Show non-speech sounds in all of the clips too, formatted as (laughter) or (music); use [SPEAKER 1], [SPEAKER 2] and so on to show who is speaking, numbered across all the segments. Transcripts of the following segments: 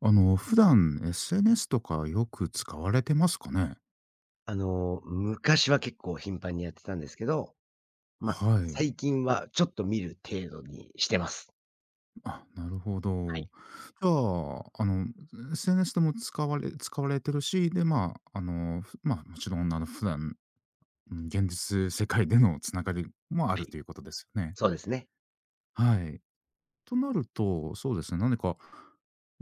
[SPEAKER 1] 普段 SNS とかよく使われてますかね？
[SPEAKER 2] 昔は結構頻繁にやってたんですけど、
[SPEAKER 1] はい。
[SPEAKER 2] 最近はちょっと見る程度にしてます。
[SPEAKER 1] あ、なるほ
[SPEAKER 2] はい。
[SPEAKER 1] ど。じゃあ、SNS でも使われてるし、で、まあ、もちろん普段、うん、現実世界でのつながりもあ
[SPEAKER 2] は
[SPEAKER 1] る
[SPEAKER 2] い。
[SPEAKER 1] ということですよね。
[SPEAKER 2] そうですね。
[SPEAKER 1] はい。となると、そうですね、何か、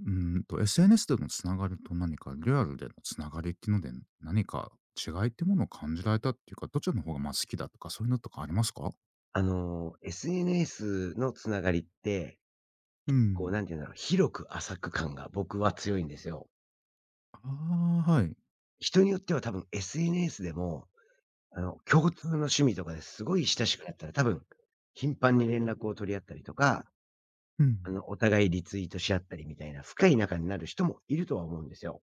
[SPEAKER 1] SNS でのつながりと何かリアルでのつながりっていうので、何か違いってものを感じられたっていうか、どちらの方が、ま、好きだとかそういうのとかありますか？
[SPEAKER 2] SNS のつながりって、
[SPEAKER 1] う
[SPEAKER 2] こう、なん
[SPEAKER 1] ん。
[SPEAKER 2] ていうんだろう、広く浅く感が僕は強いんですよ。
[SPEAKER 1] ああ、はい。
[SPEAKER 2] 人によっては多分 SNS でも、共通の趣味とかですごい親しくなったら多分、頻繁に連絡を取り合ったりとか、
[SPEAKER 1] うん。
[SPEAKER 2] お互いリツイートし合ったりみたいな深い仲になる人もいるとは思うんですよ。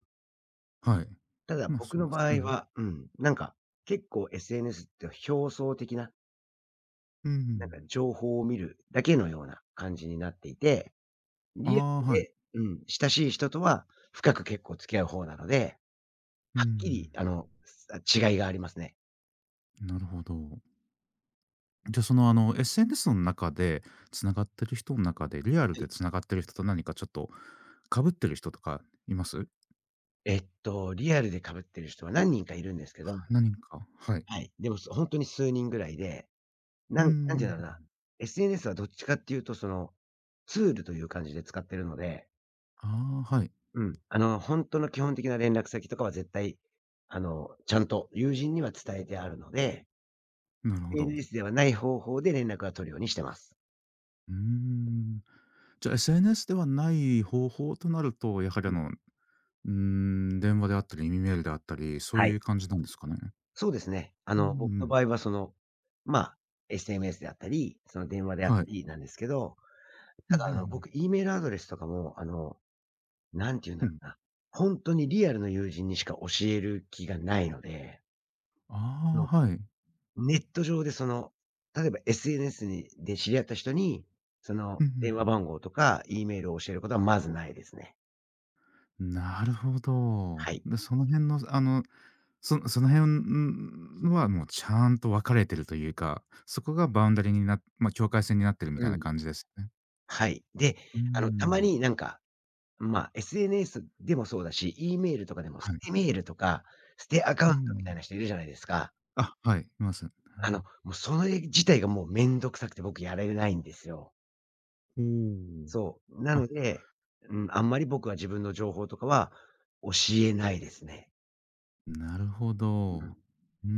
[SPEAKER 1] はい。
[SPEAKER 2] ただ、
[SPEAKER 1] まあ、
[SPEAKER 2] 僕
[SPEAKER 1] そう
[SPEAKER 2] の
[SPEAKER 1] で
[SPEAKER 2] 場
[SPEAKER 1] す
[SPEAKER 2] 合
[SPEAKER 1] ね。
[SPEAKER 2] は、結構 SNS って表層的な、
[SPEAKER 1] うん。
[SPEAKER 2] 情報を見るだけのような感じになっていて、
[SPEAKER 1] あ
[SPEAKER 2] リア
[SPEAKER 1] あ、
[SPEAKER 2] ル
[SPEAKER 1] は
[SPEAKER 2] で、
[SPEAKER 1] い。
[SPEAKER 2] うん、親しい人とは深く結構付き合う方なので、
[SPEAKER 1] う
[SPEAKER 2] はっきり、
[SPEAKER 1] ん。
[SPEAKER 2] 違いがありますね。
[SPEAKER 1] なるほど。じゃあ、SNS の中でつながってる人の中で、リアル
[SPEAKER 2] はい。
[SPEAKER 1] でつながってる人と何かちょっとかぶってる人とかいます？
[SPEAKER 2] リアルで被ってる人は何人かいるんですけど、
[SPEAKER 1] 何か、はい。
[SPEAKER 2] はい。でも、本当に数人ぐらいで、
[SPEAKER 1] う
[SPEAKER 2] なんて言
[SPEAKER 1] ん。
[SPEAKER 2] うんだろうな、SNS はどっちかっていうと、その、ツールという感じで使ってるので、
[SPEAKER 1] ああ、はい。
[SPEAKER 2] うん。本当の基本的な連絡先とかは絶対、ちゃんと友人には伝えてあるので、
[SPEAKER 1] なるほど。
[SPEAKER 2] SNS ではない方法で連絡は取るようにしてます。
[SPEAKER 1] うーん。じゃあ、SNS ではない方法となると、やはり、
[SPEAKER 2] うん。
[SPEAKER 1] 電話であったり、耳メールであったり、そう
[SPEAKER 2] は
[SPEAKER 1] い
[SPEAKER 2] い。
[SPEAKER 1] う感じなんですかね？
[SPEAKER 2] そうですね。
[SPEAKER 1] うんう
[SPEAKER 2] 僕の
[SPEAKER 1] ん。
[SPEAKER 2] 場合はその、まあ、SMS であったり、その電話であった
[SPEAKER 1] はい。
[SPEAKER 2] りなんですけど、
[SPEAKER 1] うん
[SPEAKER 2] た
[SPEAKER 1] うんう
[SPEAKER 2] だ
[SPEAKER 1] んうん。
[SPEAKER 2] 僕 E メールアドレスとかも、なんて言うんだろうな、本当にリアルの友人にしか教える気がないので、あの
[SPEAKER 1] ああ、はい。
[SPEAKER 2] ネット上でその、例えば SNS にで知り合った人に、その
[SPEAKER 1] うん
[SPEAKER 2] 電
[SPEAKER 1] う
[SPEAKER 2] 話
[SPEAKER 1] ん
[SPEAKER 2] 番号とか E メールを教えることはまずないですね。
[SPEAKER 1] うん。なるほど。
[SPEAKER 2] はい。
[SPEAKER 1] で、その辺の、その辺、はもうちゃんと分かれてるというか、そこがバウンダリーに、境界線になってるみたい
[SPEAKER 2] う
[SPEAKER 1] な
[SPEAKER 2] ん。
[SPEAKER 1] 感じですね。
[SPEAKER 2] はい。で、
[SPEAKER 1] うー
[SPEAKER 2] たま
[SPEAKER 1] ん。
[SPEAKER 2] にまあ、SNS でもそうだし、E メールとかでも、ス
[SPEAKER 1] はい。
[SPEAKER 2] テメールとか、ステアカウ
[SPEAKER 1] う
[SPEAKER 2] ントみた
[SPEAKER 1] ん。
[SPEAKER 2] いな人いるじゃないですか。
[SPEAKER 1] あ、はい、います。
[SPEAKER 2] もうそれ自体がもうめんどくさくて僕やれないんですよ。
[SPEAKER 1] うん。
[SPEAKER 2] そう。な
[SPEAKER 1] おお。あ、
[SPEAKER 2] ので、うん、あんまり僕は自分の情報とかは教えないですね。
[SPEAKER 1] なるほ
[SPEAKER 2] う
[SPEAKER 1] ど。
[SPEAKER 2] ん。
[SPEAKER 1] うんう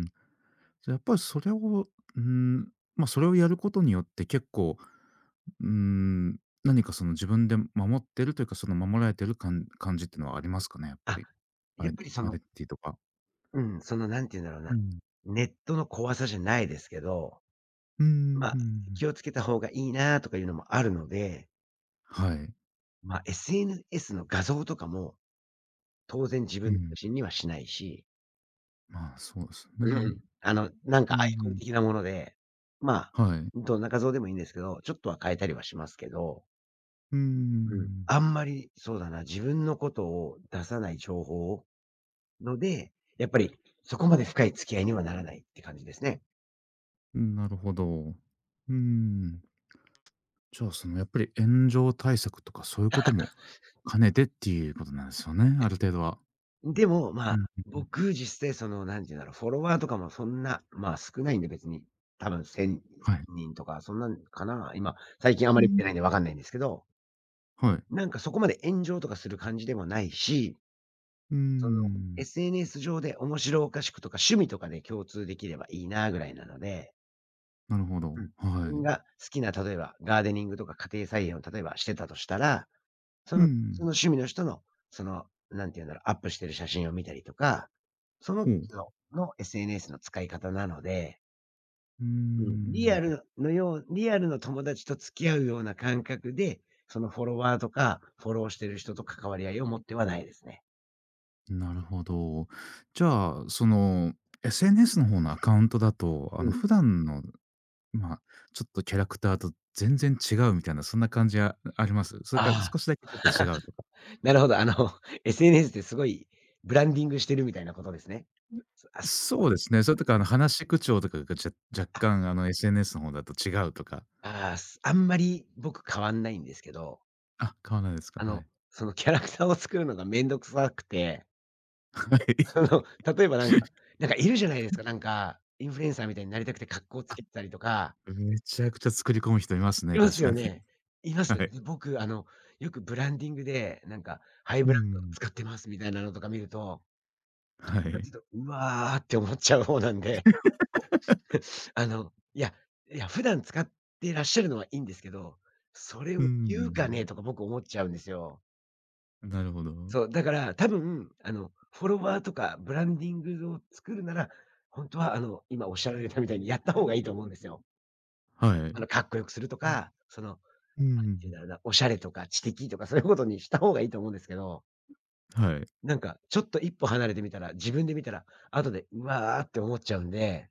[SPEAKER 1] ん。やっぱりそれを、うん、ま、それをやることによって結構、うん、何かその自分で守ってるというか、その守られてる感じっていうのはありますかね？やっぱ
[SPEAKER 2] あ、
[SPEAKER 1] り。
[SPEAKER 2] や
[SPEAKER 1] ア
[SPEAKER 2] っ
[SPEAKER 1] イ
[SPEAKER 2] ぱりそ
[SPEAKER 1] アイデ
[SPEAKER 2] の
[SPEAKER 1] ンティティとか。
[SPEAKER 2] うん、そのなんて言うんだろうな、
[SPEAKER 1] うん。
[SPEAKER 2] ネットの怖さじゃないですけど、
[SPEAKER 1] うん
[SPEAKER 2] ま
[SPEAKER 1] う
[SPEAKER 2] あ、
[SPEAKER 1] ん。
[SPEAKER 2] 気をつけた方がいいなとかいうのもあるので、
[SPEAKER 1] はい。うん。
[SPEAKER 2] まあ、SNS の画像とかも、当然自分自身にはしないし、
[SPEAKER 1] まあ、そうです
[SPEAKER 2] う
[SPEAKER 1] ね。
[SPEAKER 2] ん、なん
[SPEAKER 1] う
[SPEAKER 2] かアイコン
[SPEAKER 1] ん、
[SPEAKER 2] 的なもので、まあ、
[SPEAKER 1] はい。
[SPEAKER 2] どんな画像でもいいんですけど、ちょっとは変えたりはしますけど、
[SPEAKER 1] う
[SPEAKER 2] うん、あ
[SPEAKER 1] ん。
[SPEAKER 2] んまり、そうだな、自分のことを出さない情報ので、やっぱりそこまで深い付き合いにはならないって感じですね。
[SPEAKER 1] なるほど。うん。じゃあ、やっぱり炎上対策とかそういうことも兼ねてっていうことなんですよね、ある程度は。
[SPEAKER 2] でも、ま
[SPEAKER 1] う
[SPEAKER 2] あ、
[SPEAKER 1] んうん。
[SPEAKER 2] 僕実際その、なんて言うんだろう、フォロワーとかもそんな、まあ、少ないんで別に、多分1000
[SPEAKER 1] はい。
[SPEAKER 2] 人とかそんなんかな。今、最近あまり見てないんでわかんないんですけど、
[SPEAKER 1] はい。
[SPEAKER 2] なんかそこまで炎上とかする感じでもないし、
[SPEAKER 1] うー
[SPEAKER 2] その、
[SPEAKER 1] ん、
[SPEAKER 2] SNS 上で面白おかしくとか趣味とかで共通できればいいなぐらいなので、
[SPEAKER 1] なるほど。
[SPEAKER 2] うん。自
[SPEAKER 1] は
[SPEAKER 2] 分が
[SPEAKER 1] い。
[SPEAKER 2] 好きな、例えばガーデニングとか家庭菜園を例えばしてたとしたら、そ
[SPEAKER 1] う
[SPEAKER 2] のそ
[SPEAKER 1] ん、
[SPEAKER 2] の趣味の人の、その、なんて言うんだろう、アップしてる写真を見たりとか、その
[SPEAKER 1] ほう。
[SPEAKER 2] 人の SNS の使い方なので、
[SPEAKER 1] うー
[SPEAKER 2] うん、
[SPEAKER 1] ん、
[SPEAKER 2] リアルの友達と付き合うような感覚で、そのフォロワーとか、フォローしてる人と関わり合いを持ってはないですね。
[SPEAKER 1] なるほど。じゃあ、SNS の方のアカウントだと、
[SPEAKER 2] うん。
[SPEAKER 1] 普段の、まあ、ちょっとキャラクターと全然違うみたいな、そんな感じあります？それか
[SPEAKER 2] ああ、
[SPEAKER 1] 少しだけちょっと違うとか。
[SPEAKER 2] なるほど。(laughs) SNS ってすごいブランディングしてるみたいなことですね。そあ、す
[SPEAKER 1] そうですね、それとか、話し口調とかが、若
[SPEAKER 2] あ、
[SPEAKER 1] 干、SNS の方だと違うとか。
[SPEAKER 2] あんまり僕変わんないんですけど、
[SPEAKER 1] あ、変わらないですか。はい。
[SPEAKER 2] そのキャラクターを作るのがめんどくさくて
[SPEAKER 1] はい。
[SPEAKER 2] その、例えばなんか、
[SPEAKER 1] (laughs)
[SPEAKER 2] なんかいるじゃないですか、なんか、インフルエンサーみたいになりたくて格好つけてたりとか、
[SPEAKER 1] めちゃくちゃ作り込む人います
[SPEAKER 2] い
[SPEAKER 1] ね、
[SPEAKER 2] ま
[SPEAKER 1] 確
[SPEAKER 2] す
[SPEAKER 1] か
[SPEAKER 2] よ
[SPEAKER 1] に。
[SPEAKER 2] ね。います。ね
[SPEAKER 1] はい。
[SPEAKER 2] 僕よくブランディングで、なんかハイブ
[SPEAKER 1] う
[SPEAKER 2] ランド
[SPEAKER 1] ん。
[SPEAKER 2] 使ってますみたいなのとか見ると、
[SPEAKER 1] は
[SPEAKER 2] 使っ
[SPEAKER 1] い。
[SPEAKER 2] てると、うわーって思っちゃう方なんで、(laughs) あの、いや、いや、普段使ってらっしゃるのはいいんですけど、それ
[SPEAKER 1] う
[SPEAKER 2] を言うかね
[SPEAKER 1] ん。
[SPEAKER 2] とか僕思っちゃうんですよ。
[SPEAKER 1] なるほど。
[SPEAKER 2] そう、だから多分、フォロワーとかブランディングを作るなら、本当は今おっしゃられたみたいにやった方がいいと思うんですよ。
[SPEAKER 1] はい。
[SPEAKER 2] かっこよくするとか、その、
[SPEAKER 1] う
[SPEAKER 2] ていうん
[SPEAKER 1] ん。
[SPEAKER 2] だろうな、おしゃれとか知的とかそういうことにした方がいいと思うんですけど、
[SPEAKER 1] はい。
[SPEAKER 2] なんかちょっと一歩離れてみたら、自分で見たら、後で、うわーって思っちゃうんで、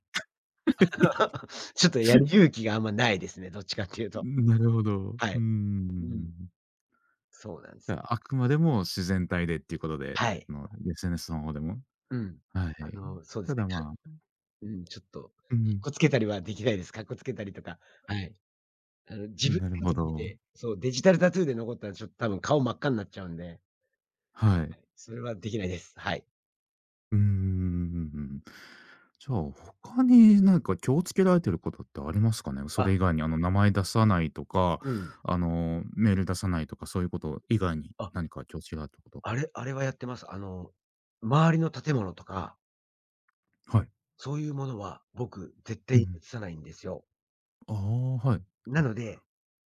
[SPEAKER 1] (laughs)
[SPEAKER 2] (laughs) ちょっとやる勇気があんまないですね、どっちかっていうと。
[SPEAKER 1] なるほど。
[SPEAKER 2] は
[SPEAKER 1] う
[SPEAKER 2] い。うん。
[SPEAKER 1] ん。
[SPEAKER 2] そうなんです
[SPEAKER 1] じゃ
[SPEAKER 2] よ。
[SPEAKER 1] あ、あくまでも自然体でっていうことで、
[SPEAKER 2] はい。
[SPEAKER 1] SNS の方でも。
[SPEAKER 2] うん。
[SPEAKER 1] はい。
[SPEAKER 2] そうで
[SPEAKER 1] た
[SPEAKER 2] す
[SPEAKER 1] だ、まあ、
[SPEAKER 2] ね。うん、ちょっと、かっ
[SPEAKER 1] うん、
[SPEAKER 2] こつけたりはできないです。かっこつけたりとか、はい。自分
[SPEAKER 1] なるほ
[SPEAKER 2] で後で見
[SPEAKER 1] ど。
[SPEAKER 2] て、そう、デジタルタトゥーで残ったらちょっと多分顔真っ赤になっちゃうんで、
[SPEAKER 1] はい。
[SPEAKER 2] それはできないです。はい。
[SPEAKER 1] うん。じゃあ、他になんか気をつけられてることってありますかね？そ
[SPEAKER 2] あ、
[SPEAKER 1] れ以外に、名前出さないとか、
[SPEAKER 2] うん。
[SPEAKER 1] メール出さないとか、そういうこと以外に
[SPEAKER 2] あ、
[SPEAKER 1] 何か気をつけられてること。
[SPEAKER 2] あれはやってます。周りの建物とか、
[SPEAKER 1] はい。
[SPEAKER 2] そういうものは僕絶対
[SPEAKER 1] う
[SPEAKER 2] に映
[SPEAKER 1] ん。
[SPEAKER 2] さないんですよ。
[SPEAKER 1] ああ、はい。
[SPEAKER 2] な
[SPEAKER 1] あ、
[SPEAKER 2] ので、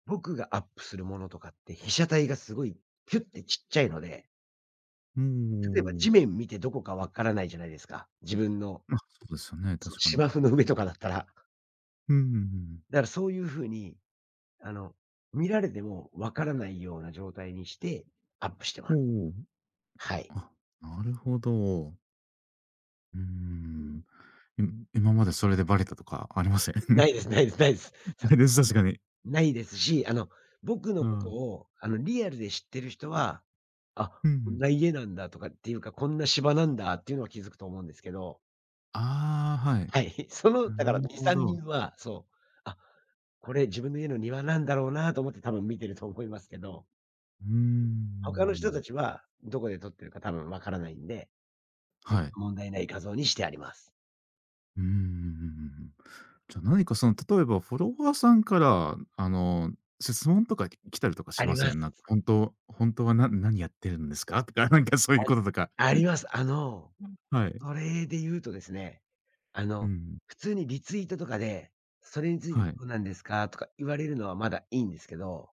[SPEAKER 2] 僕がアップするものとかって被写体がすごいピュってちっちゃいので、
[SPEAKER 1] お
[SPEAKER 2] 例えば
[SPEAKER 1] お。
[SPEAKER 2] 地面見てどこかわからないじゃないですか。自分の、
[SPEAKER 1] まあ、そうですよね、
[SPEAKER 2] その
[SPEAKER 1] 確かに。
[SPEAKER 2] 芝生の上とかだったら。
[SPEAKER 1] うんうん
[SPEAKER 2] だからそういうふうに、あの、見られてもわからないような状態にして、アップしてま
[SPEAKER 1] うん。
[SPEAKER 2] す。
[SPEAKER 1] おお。
[SPEAKER 2] はい。
[SPEAKER 1] あ、なるほど。うー
[SPEAKER 2] うん。
[SPEAKER 1] ん。い今までそれでバレたとかありません？(laughs)
[SPEAKER 2] ないです。さ
[SPEAKER 1] な
[SPEAKER 2] す
[SPEAKER 1] いで
[SPEAKER 2] が
[SPEAKER 1] す、
[SPEAKER 2] にな
[SPEAKER 1] 確
[SPEAKER 2] い。
[SPEAKER 1] かに。
[SPEAKER 2] ないですし、僕の
[SPEAKER 1] う
[SPEAKER 2] こと
[SPEAKER 1] ん。
[SPEAKER 2] を、リアルで知ってる人は、あ、
[SPEAKER 1] うんう
[SPEAKER 2] こん
[SPEAKER 1] ん。
[SPEAKER 2] な家なんだとかっていうか、こんな芝なんだっていうのは気づくと思うんですけど、
[SPEAKER 1] ああ、はい。
[SPEAKER 2] はい。(laughs) その、だか
[SPEAKER 1] な
[SPEAKER 2] ら
[SPEAKER 1] る
[SPEAKER 2] 2、
[SPEAKER 1] ほ
[SPEAKER 2] 3
[SPEAKER 1] ど。
[SPEAKER 2] 人は、そう、あ、これ自分の家の庭なんだろうなと思って多分見てると思いますけど、
[SPEAKER 1] うー
[SPEAKER 2] 他の人た
[SPEAKER 1] ん。
[SPEAKER 2] ちはどこで撮ってるか多分わからないんでね、
[SPEAKER 1] はい。
[SPEAKER 2] 問題ない画像にしてあります。
[SPEAKER 1] ううんうんうんうん。じゃ、あ、何か例えばフォロワーさんから、質問とか来たりとか
[SPEAKER 2] あ
[SPEAKER 1] し
[SPEAKER 2] り
[SPEAKER 1] ま
[SPEAKER 2] ま
[SPEAKER 1] せ
[SPEAKER 2] す。
[SPEAKER 1] ん？なんか「本当は何やってるんですか？(laughs)」とか、なんかそうい
[SPEAKER 2] あ
[SPEAKER 1] う
[SPEAKER 2] り
[SPEAKER 1] こととか。
[SPEAKER 2] あります。
[SPEAKER 1] はい。
[SPEAKER 2] それで言うとですね、あ
[SPEAKER 1] う
[SPEAKER 2] の、
[SPEAKER 1] ん。
[SPEAKER 2] 普通にリツイートとかで、それについて
[SPEAKER 1] はい。
[SPEAKER 2] どうなんですかとか言われるのはまだいいんですけど、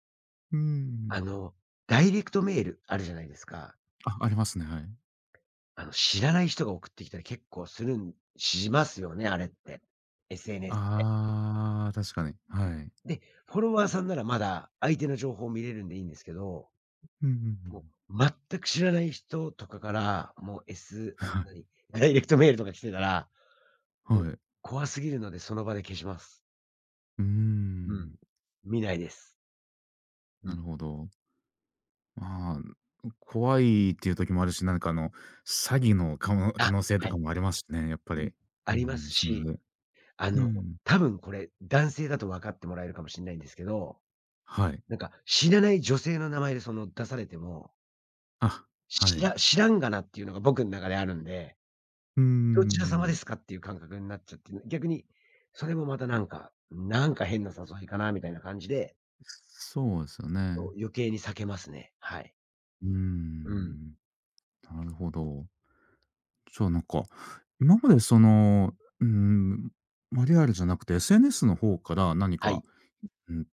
[SPEAKER 1] うん。
[SPEAKER 2] あの、ダイレクトメールあるじゃないですか。
[SPEAKER 1] あ、ありますね、はい。
[SPEAKER 2] 知らない人が送ってきたり結構するしますよね、あれって。SNS
[SPEAKER 1] ああ、確かに。はい。
[SPEAKER 2] で、フォロワーさんならまだ相手の情報を見れるんでいいんですけど、
[SPEAKER 1] うんうんう
[SPEAKER 2] も
[SPEAKER 1] ん。
[SPEAKER 2] う、全く知らない人とかから、もう、
[SPEAKER 1] (laughs)
[SPEAKER 2] S あ、
[SPEAKER 1] はい。
[SPEAKER 2] 何、ダイレクトメールとか来てたら、もう、
[SPEAKER 1] はい。
[SPEAKER 2] 怖すぎるのでその場で消します。
[SPEAKER 1] うー
[SPEAKER 2] うん。
[SPEAKER 1] ん、
[SPEAKER 2] 見ないです。う
[SPEAKER 1] な
[SPEAKER 2] ん。
[SPEAKER 1] るほど。まあ、怖いっていう時もあるし、なんか詐欺の可
[SPEAKER 2] あ、
[SPEAKER 1] 能性
[SPEAKER 2] は
[SPEAKER 1] と
[SPEAKER 2] い。
[SPEAKER 1] かもありますしね、やっぱ
[SPEAKER 2] うん。
[SPEAKER 1] り。
[SPEAKER 2] あ
[SPEAKER 1] う
[SPEAKER 2] りま
[SPEAKER 1] ん、
[SPEAKER 2] す
[SPEAKER 1] そ
[SPEAKER 2] し、
[SPEAKER 1] れで、
[SPEAKER 2] あ
[SPEAKER 1] う
[SPEAKER 2] の、
[SPEAKER 1] ん。
[SPEAKER 2] 多分これ、男性だと分かってもらえるかもしんないんですけど、
[SPEAKER 1] はい。
[SPEAKER 2] なんか、知らない女性の名前でその出されても、
[SPEAKER 1] あ、は
[SPEAKER 2] 知ら
[SPEAKER 1] い。
[SPEAKER 2] 知らんがなっていうのが僕ん中であるんで、
[SPEAKER 1] うー
[SPEAKER 2] どちら様で
[SPEAKER 1] ん。
[SPEAKER 2] すかっていう感覚になっちゃって、逆に、それもまたなんか、なんか変な誘いかなみたいな感じで
[SPEAKER 1] そうですよ
[SPEAKER 2] そ
[SPEAKER 1] ね。
[SPEAKER 2] う、余計に避けますね。はい。
[SPEAKER 1] うー
[SPEAKER 2] うん。
[SPEAKER 1] ん、なるほど。じゃあなんか、今までうーん、ま、リアルじゃなくて SNS の方から何
[SPEAKER 2] は
[SPEAKER 1] か、
[SPEAKER 2] い。
[SPEAKER 1] うん、う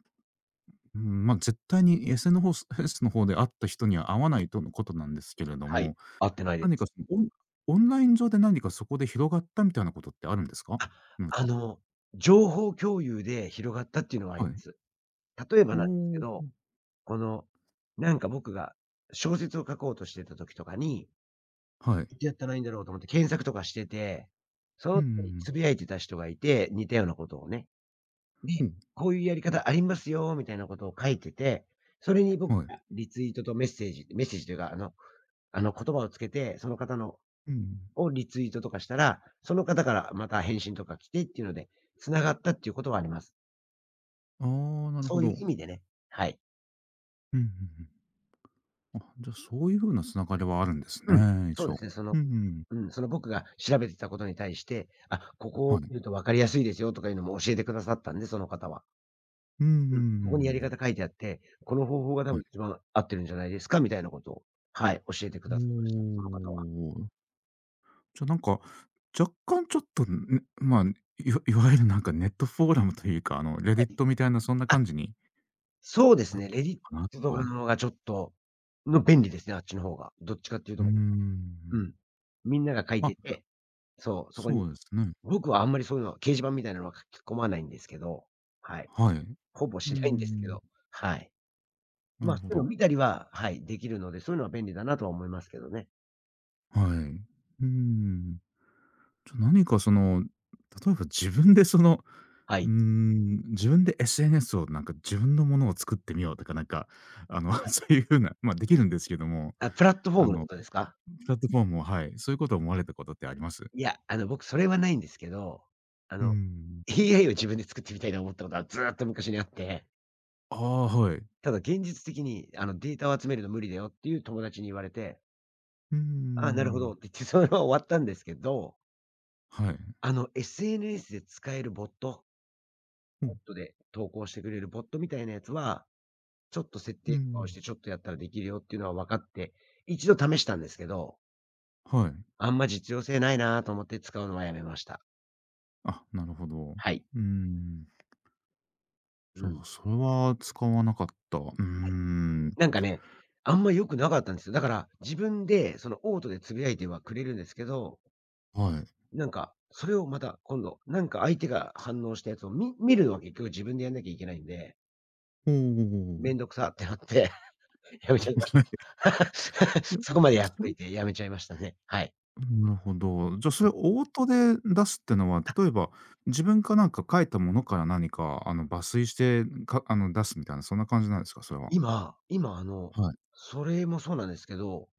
[SPEAKER 1] ーん、ま、絶対に SN ホス S の方で会った人には会わないとのことなんですけれど
[SPEAKER 2] はい。
[SPEAKER 1] も、
[SPEAKER 2] 会ってないで
[SPEAKER 1] 何か
[SPEAKER 2] す。
[SPEAKER 1] オンライン上で何かそこで広がったみたいなことってあるんですか？
[SPEAKER 2] あ、
[SPEAKER 1] なん
[SPEAKER 2] あ
[SPEAKER 1] か、
[SPEAKER 2] の、情報共有で広がったっていうのはあり
[SPEAKER 1] は
[SPEAKER 2] ま
[SPEAKER 1] い。
[SPEAKER 2] す。例えば
[SPEAKER 1] お
[SPEAKER 2] なんですけ
[SPEAKER 1] お。
[SPEAKER 2] ど、この、なんか僕が小説を書こうとしてた時とかに、
[SPEAKER 1] はい。
[SPEAKER 2] どうやったらいいんだろうと思って検索とかしてて、そ
[SPEAKER 1] うん
[SPEAKER 2] の時
[SPEAKER 1] う
[SPEAKER 2] に
[SPEAKER 1] ん
[SPEAKER 2] つぶやいてた人がいて、似たようなことをね。で、
[SPEAKER 1] うん。
[SPEAKER 2] こういうやり方ありますよみたいなことを書いてて、それに僕
[SPEAKER 1] ほう、はい。
[SPEAKER 2] がリツイートとメッセージ、メッセージというか、あの言葉をつけて、その方の
[SPEAKER 1] うんうん。
[SPEAKER 2] をリツイートとかしたら、その方からまた返信とか来てっていうので、繋がったっていうことはあります。
[SPEAKER 1] ああ、なる
[SPEAKER 2] そ
[SPEAKER 1] ほ
[SPEAKER 2] ういう
[SPEAKER 1] ど。
[SPEAKER 2] 意味でね、はい。
[SPEAKER 1] うんうんうん。あ、じゃ、あ、そういう風な繋がりはあるんです
[SPEAKER 2] うん、
[SPEAKER 1] ね、
[SPEAKER 2] そう
[SPEAKER 1] 一
[SPEAKER 2] で
[SPEAKER 1] 応。
[SPEAKER 2] すね、その、
[SPEAKER 1] うんうん。
[SPEAKER 2] うん、その僕が調べてたことに対して、あ、ここ
[SPEAKER 1] は
[SPEAKER 2] を
[SPEAKER 1] い。
[SPEAKER 2] 見ると分かりやすいですよとかいうのも教えてくださったんで、その方は。
[SPEAKER 1] うんうんうんう
[SPEAKER 2] うん、ここにやり
[SPEAKER 1] ん。
[SPEAKER 2] 方書いてあって、この方法が多
[SPEAKER 1] は
[SPEAKER 2] 分
[SPEAKER 1] い。
[SPEAKER 2] 一番合ってるんじゃないですかみたいなことを、はい、教えてく
[SPEAKER 1] お
[SPEAKER 2] ださいました、その方は。
[SPEAKER 1] お。じゃ、あ、なんか、若干ちょっと、ね、まあ、いわゆるなんかネットフォーラムというか、レ
[SPEAKER 2] は
[SPEAKER 1] ディッ
[SPEAKER 2] い。
[SPEAKER 1] トみたいなそんな感じに
[SPEAKER 2] そうです
[SPEAKER 1] なっ
[SPEAKER 2] ね、
[SPEAKER 1] て
[SPEAKER 2] レ
[SPEAKER 1] る
[SPEAKER 2] ディッ
[SPEAKER 1] かな
[SPEAKER 2] トとか
[SPEAKER 1] と。
[SPEAKER 2] の方がちょっと、の便利ですね、あっちの方が。どっちかっていう
[SPEAKER 1] うー
[SPEAKER 2] と、う
[SPEAKER 1] ん。
[SPEAKER 2] ん。みんなが書い
[SPEAKER 1] あ、
[SPEAKER 2] ててそう、そこに、
[SPEAKER 1] そうですね。
[SPEAKER 2] 僕はあんまりそういうの掲示板みたいなのは書き込まないんですけど、はい。
[SPEAKER 1] はい。
[SPEAKER 2] ほぼ
[SPEAKER 1] う
[SPEAKER 2] しないんですけ
[SPEAKER 1] んん、
[SPEAKER 2] ど、はい。
[SPEAKER 1] な
[SPEAKER 2] まあ、
[SPEAKER 1] る
[SPEAKER 2] そ
[SPEAKER 1] ほ
[SPEAKER 2] ういうのを
[SPEAKER 1] ど。
[SPEAKER 2] 見たりは、はい、できるので、そういうのは便利だなとは思いますけどね。
[SPEAKER 1] はい。ううん、何か例えば自分で
[SPEAKER 2] はい。
[SPEAKER 1] 自分で SNS をなんか自分のものを作ってみようとか、なんか、(laughs)
[SPEAKER 2] あ、
[SPEAKER 1] そういう風な、ま、できるんですけども、
[SPEAKER 2] あ、プラットフォー
[SPEAKER 1] あ
[SPEAKER 2] ムのこ
[SPEAKER 1] の、
[SPEAKER 2] とですか？
[SPEAKER 1] プラットフォームを、はい、そういうことを思われたことってあります？
[SPEAKER 2] いや、僕それはないんですけど、あ
[SPEAKER 1] う
[SPEAKER 2] の、
[SPEAKER 1] ん。
[SPEAKER 2] AI を自分で作ってみたいと思ったことはずーっと昔にあって、
[SPEAKER 1] ああ、はい。
[SPEAKER 2] ただ現実的に、データを集めるの無理だよっていう友達に言われて、
[SPEAKER 1] うー
[SPEAKER 2] ああ、なるほど
[SPEAKER 1] ん。
[SPEAKER 2] って言ってそれは終わったんですけど、
[SPEAKER 1] はい。
[SPEAKER 2] SNS で使えるボット
[SPEAKER 1] うん。
[SPEAKER 2] トで投稿してくれるボットみたいなやつは、ちょっと設
[SPEAKER 1] うんう
[SPEAKER 2] 定とかをし
[SPEAKER 1] ん。
[SPEAKER 2] てちょっとやったらできるよっていうのは分かって、一度試したんですけど、
[SPEAKER 1] はい。
[SPEAKER 2] あんま実用性ないなと思って使うのはやめました。
[SPEAKER 1] あ、なるほど。う
[SPEAKER 2] はい。
[SPEAKER 1] ーん。
[SPEAKER 2] う
[SPEAKER 1] じゃ
[SPEAKER 2] ん。
[SPEAKER 1] あ、それは使わなかった。うーん。
[SPEAKER 2] なんかね、あんま良くなかったんですよ。だから自分でそのオートでつぶやいてはくれるんですけど、
[SPEAKER 1] はい。
[SPEAKER 2] なんか、それをまた今度、なんか相手が反応したやつを見るのは結局自分でやんなきゃいけないんで、
[SPEAKER 1] お
[SPEAKER 2] め
[SPEAKER 1] お。
[SPEAKER 2] ん
[SPEAKER 1] (laughs)
[SPEAKER 2] どくさってなって (laughs) やめちゃいまし
[SPEAKER 1] はい。
[SPEAKER 2] た。(laughs) そこまでやっとい
[SPEAKER 1] そ
[SPEAKER 2] てやめちゃいましたね。はい。
[SPEAKER 1] なるほど。じゃあ、それオートで出すってのは、例えば、自分かなんか書いたものから何か、抜粋して、かあの、出すみたいな、そんな感じなんですか？それは。
[SPEAKER 2] 今今、
[SPEAKER 1] はい。
[SPEAKER 2] それもそうなんですけど、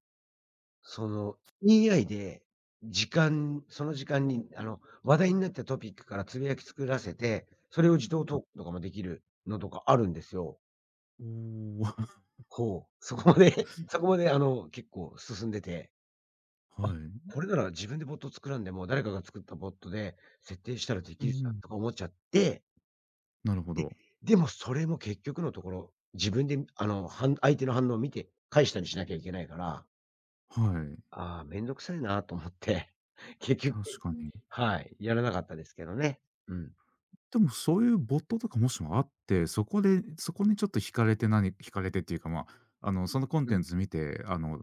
[SPEAKER 2] その、AI で、その時間に、話題になったトピックからつぶやき作らせて、それを自動
[SPEAKER 1] あ、
[SPEAKER 2] 投稿とかもできるのとかあるんですよ。
[SPEAKER 1] おお、
[SPEAKER 2] ほう、そこまで (laughs) そこまで、結構進んでて、
[SPEAKER 1] (laughs)
[SPEAKER 2] あ、
[SPEAKER 1] はい。
[SPEAKER 2] これなら自分でボット作らんでも、誰かが作ったボットで設定したらで
[SPEAKER 1] う
[SPEAKER 2] きるじゃん
[SPEAKER 1] ん、
[SPEAKER 2] とか思っちゃって、
[SPEAKER 1] なるほ
[SPEAKER 2] で、
[SPEAKER 1] ど。
[SPEAKER 2] でもそれも結局のところ、自分で、相手の反応を見て返したりしなきゃいけないから
[SPEAKER 1] はい、
[SPEAKER 2] ああ、めんどくさいなと思って、(laughs) 結局
[SPEAKER 1] 確かに。
[SPEAKER 2] はい、やらなかったですけどね。うん。
[SPEAKER 1] でもそういうボットとかもしもあって、そこにちょっと惹かれて惹かれてっていうか、まあ、そのコン
[SPEAKER 2] う
[SPEAKER 1] テ
[SPEAKER 2] ん。
[SPEAKER 1] ンツ見て、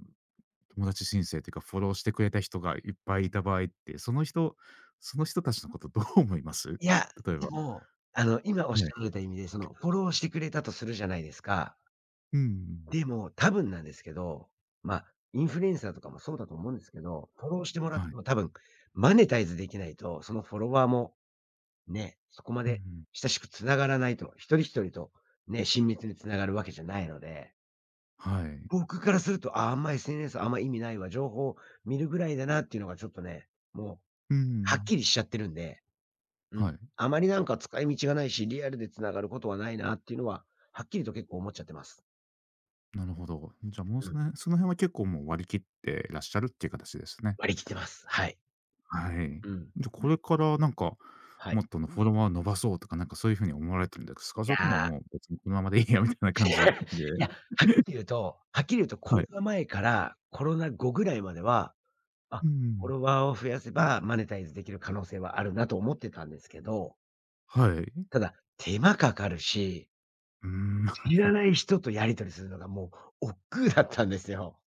[SPEAKER 1] 友達申請っていうか、フォローしてくれた人がいっぱいいた場合って、その人たちのことどう思います？
[SPEAKER 2] いや、
[SPEAKER 1] (laughs) 例え
[SPEAKER 2] で
[SPEAKER 1] ば。
[SPEAKER 2] も、あの、今おっし
[SPEAKER 1] は
[SPEAKER 2] ゃら
[SPEAKER 1] い。
[SPEAKER 2] れた意味で、その、フォローしてくれたとするじゃないですか。
[SPEAKER 1] うん。
[SPEAKER 2] でも、多分なんですけど、まあ、インフルエンサーとかもそうだと思うんですけど、フォローしてもらっ
[SPEAKER 1] は
[SPEAKER 2] て
[SPEAKER 1] い。
[SPEAKER 2] も多分マネタイズできないと、そのフォロワーもね、そこま
[SPEAKER 1] う
[SPEAKER 2] で
[SPEAKER 1] ん、
[SPEAKER 2] 親しくつながらないと、一人一人とね、親密に繋がるわけじゃないので
[SPEAKER 1] はい。
[SPEAKER 2] 僕からすると、あ、あんま SNS あんま意味ないわ、情報見るぐらいだなっていうのがちょっとね、もう
[SPEAKER 1] う
[SPEAKER 2] はっ
[SPEAKER 1] ん。
[SPEAKER 2] きりしちゃってるんで、うん。
[SPEAKER 1] はい。
[SPEAKER 2] あまりなんか使い道がないし、リアルで繋がることはないなっていうのは、はっきりと結構思っちゃってます。
[SPEAKER 1] なるほど。じゃあ、もう
[SPEAKER 2] うん。
[SPEAKER 1] その辺は結構もう割り切ってらっしゃるっていう形ですね。
[SPEAKER 2] 割り切ってます。はい。
[SPEAKER 1] はい。
[SPEAKER 2] うん。
[SPEAKER 1] じゃ、これからなんか、
[SPEAKER 2] はい。
[SPEAKER 1] もっとのフォロワー伸ばそうとか、なんかそういう風に思われてるんです
[SPEAKER 2] い
[SPEAKER 1] か？それとも
[SPEAKER 2] や、
[SPEAKER 1] もう別にこのままでいいやみたいな感じで、
[SPEAKER 2] いや、ははっきり言うとコ
[SPEAKER 1] は
[SPEAKER 2] ロ
[SPEAKER 1] い。
[SPEAKER 2] ナ前からコロナ後ぐらいまでは、あ、
[SPEAKER 1] う
[SPEAKER 2] フォ
[SPEAKER 1] ん。
[SPEAKER 2] ロワーを増やせばマネタイズできる可能性はあるなと思ってたんですけど、
[SPEAKER 1] はい。
[SPEAKER 2] ただ手間かかるし
[SPEAKER 1] うーん、
[SPEAKER 2] 知らな
[SPEAKER 1] (laughs)
[SPEAKER 2] い人とやり取りするのがもう億劫だったんですよ。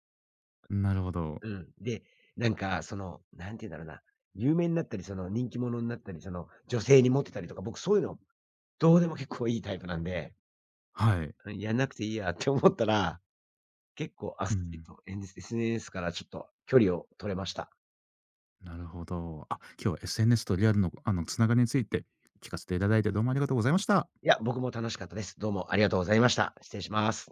[SPEAKER 1] なるほど。
[SPEAKER 2] うん。で、なんかその、なんて言うんだろうな、有名になったり、その人気者になったり、その女性にモテたりとか、僕そういうのどうでも結構いいタイプなんで、
[SPEAKER 1] はい。
[SPEAKER 2] うん、やんなくていいやって思ったら、結構あっ
[SPEAKER 1] う
[SPEAKER 2] さり
[SPEAKER 1] ん。
[SPEAKER 2] と、SNS からちょっと距離を取れました。
[SPEAKER 1] なるほど。あ、今日は SNS とリアルの、つながりについて聞かせていただいてどうもありがとうございました。
[SPEAKER 2] いや、僕も楽しかったです。どうもありがとうございました。失礼します。